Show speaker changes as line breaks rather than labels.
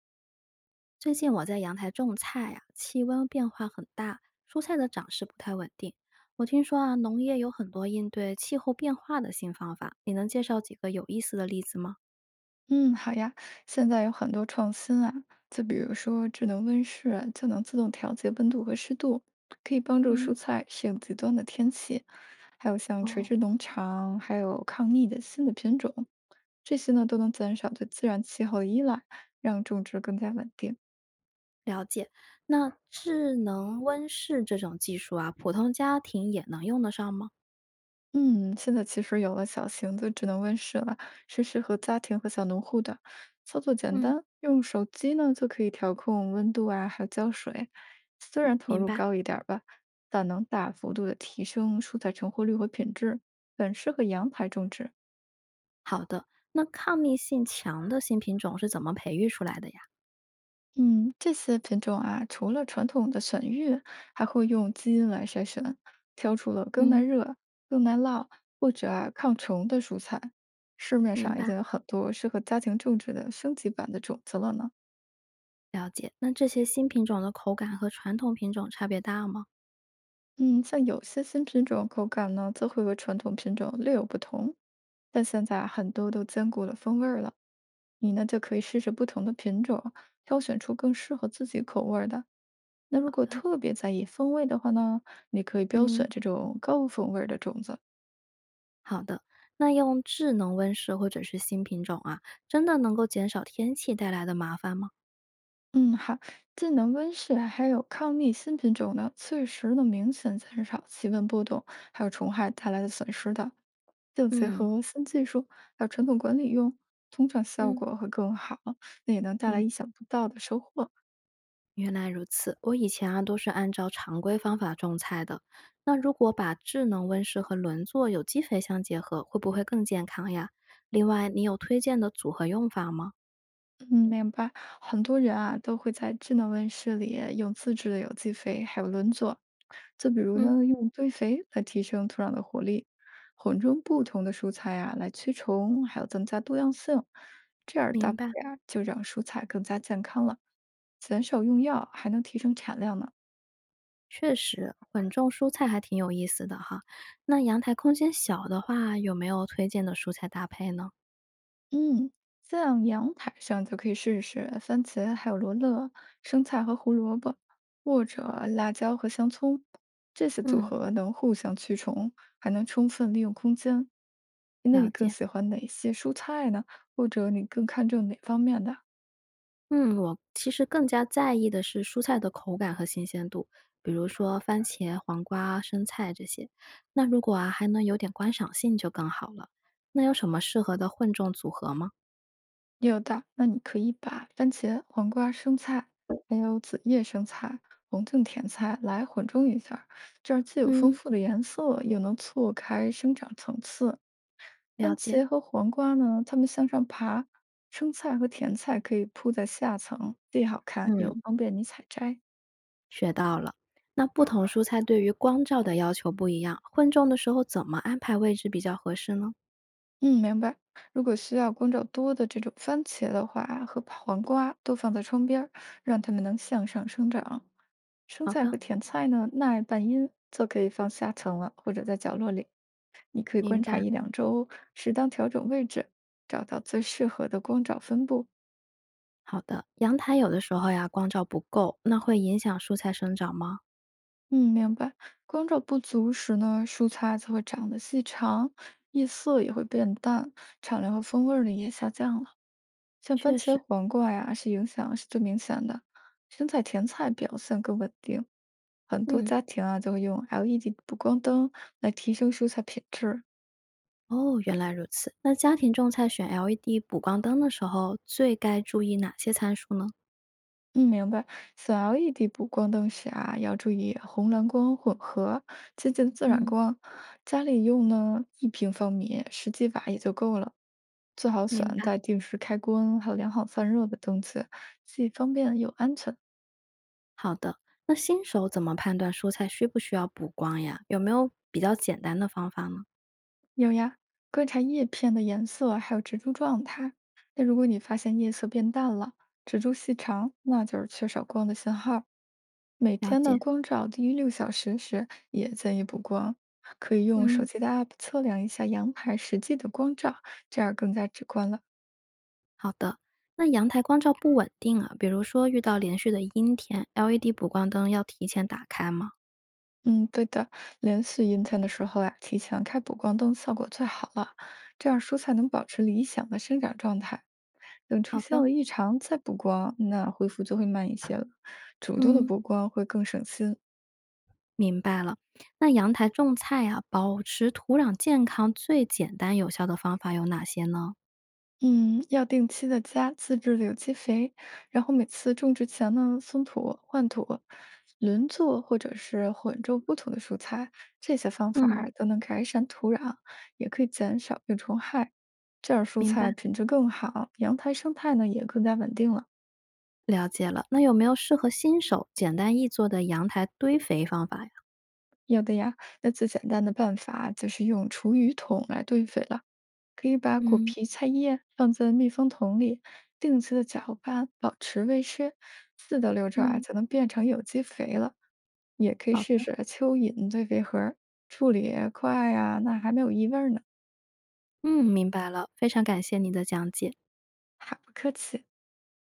最近我在阳台种菜呀，气温变化很大，蔬菜的长势不太稳定。我听说啊，农业有很多应对气候变化的新方法，你能介绍几个有意思的例子吗？
嗯，好呀。现在有很多创新啊，就比如说智能温室啊就能自动调节温度和湿度，可以帮助蔬
嗯，
菜适应极端的天气。还有像垂
哦，
直农场，还有抗逆的新的品种，这些呢都能减少对自然气候的依赖，让种植更加稳定。
了解。那智能温室这种技术啊，普通家庭也能用得上吗？
嗯，现在其实有了小型的智能温室了，是适合家庭和小农户的，操作简
嗯，
单，用手机呢就可以调控温度啊，还有浇水。虽然投
明
入
白。
高一点儿吧，但能大幅度的提升蔬菜成活率和品质，很适合阳台种植。
好的，那抗逆性强的新品种是怎么培育出来的呀？
嗯，这些品种啊，除了传统的选育，还会用基因来筛选，挑出了更耐
嗯，
热、更耐涝或者啊抗虫的蔬菜。市面
明
上已
白。
经有很多适合家庭种植的升级版的种子了呢。
了解。那这些新品种的口感和传统品种差别大吗？
嗯，像有些新品种口感呢，则会和传统品种略有不同，但现在啊很多都兼顾了风味儿了。你呢，就可以试试不同的品种，挑选出更适合自己口味儿的。那如果特别在意风味的话呢，你可以标选
嗯。
这种高风味儿的种子。
好的，那用智能温室或者是新品种啊，真的能够减少天气带来的麻烦吗？
嗯，好，技能温室啊还有抗逆新品种呢，确实能明显减少气温波动，还有虫害带来的损失的。就结
嗯
合新技术还有传统管理用，通常效
嗯，
果会更好，那也能带
你
来意想不到的收获。
原来如此。我以前啊都是按照常规方法种菜的。那如果把智能温室和轮作有机肥相结合，会不会更健康呀？另外，你有推荐的组合用法吗？
嗯，明白。很多人啊都会在智能温室里用自制的有机肥，还有轮作。就比如
嗯，
呢，用堆肥来提升土壤的活力，混种不同的蔬菜啊来驱虫，还有增加多样性。这样搭
明
配
白，
啊，就让蔬菜更加健康了，减少用药，还能提升产量呢。
确实混种蔬菜还挺有意思的哈。那阳台空间小的话，有没有推荐的蔬菜搭配呢？
嗯，像阳台上就可以试试番茄，还有罗勒、生菜和胡萝卜，或者辣椒和香葱，这些组
嗯，
合能互相驱虫，还能充分利用空间。那
了
你更
解。
喜欢哪些蔬菜呢？或者你更看重哪方面的？
嗯，我其实更加在意的是蔬菜的口感和新鲜度，比如说番茄、黄瓜、生菜这些。那如果啊还能有点观赏性就更好了。那有什么适合的混种组合吗？
也有的，那你可以把番茄、黄瓜、生菜，还有紫叶生菜、红茎甜菜来混种一下儿，这样既有丰
嗯，
富的颜色，又能错开生长层次。
了
番
解。
茄和黄瓜呢，它们向上爬；生菜和甜菜可以铺在下层，既好看又
嗯，
方便你采摘。
学到了。那不同蔬菜对于光照的要求不一样，混种的时候怎么安排位置比较合适呢？
嗯，明白。如果需要光照多的这种番茄的话，和黄瓜都放在窗边儿，让它们能向上生长。生
好
菜
的，
和甜菜呢，耐半阴，则可以放下层了，或者在角落里。你可以
明
观察
白。
一两周，适当调整位置，找到最适合的光照分布。
好的，阳台有的时候呀光照不够，那会影响蔬菜生长吗？
嗯，明白。光照不足时呢，蔬菜才会长得细长，叶色也会变淡，产量和风味儿呢也下降了。像番
确
茄、
实，
黄瓜呀，是影响是最明显的。生菜、甜菜表现更稳定，很多
嗯，
家庭啊就会用 LED 补光灯来提升蔬菜品质。
哦，原来如此。那家庭种菜选 LED 补光灯的时候，最该注意哪些参数呢？
嗯，明白。小 LED 补光灯时啊，要注意红蓝光混合，接近自然
嗯，
光。家里用呢，1平方米十几瓦也就够了。最好
明
选
白。
带定时开关还有良好散热的灯具，既方便又安全。
好的，那新手怎么判断蔬菜需不需要补光呀？有没有比较简单的方法呢？
有呀，观察叶片的颜色还有植株状态。那如果你发现叶色变淡了，植株细长，那就是缺少光的信号。每
了
天呢，
解。
光照低于6小时时也建议补光，可以用手
嗯，
机的 app 测量一下阳台实际的光照，这样更加直观了。
好的。那阳台光照不稳定啊，比如说遇到连续的阴天，LED 补光灯要提前打开吗？
嗯，对的，连续阴天的时候呀、提前开补光灯效果最好了，这样蔬菜能保持理想的生长状态。等出
好
现
的，
了异常再补光，那恢复就会慢一些了。主动的
嗯，
补光会更省心。
明白了。那阳台种菜啊，保持土壤健康最简单有效的方法有哪些呢？
嗯，要定期的加自制的有机肥，然后每次种植前呢，松土、换土、轮作或者是混种不同的蔬菜，这些方法
嗯。
儿都能改善土壤，也可以减少病虫害，这样蔬
明白，
菜品质更好，阳台生态呢也更加稳定了。
了解了。那有没有适合新手简单易做的阳台堆肥方法呀？
有的呀，那最简单的办法就是用厨余桶来堆肥了，可以把果
嗯
皮、菜叶放在密封桶里，定期的搅拌，保持微湿，4到6周啊
嗯，
就能变成有机肥了。也可以
好
试
的，
试蚯蚓堆肥盒儿处理快呀、那还没有异味儿呢，
嗯，明白了，非常感谢你的讲解。
还不客气。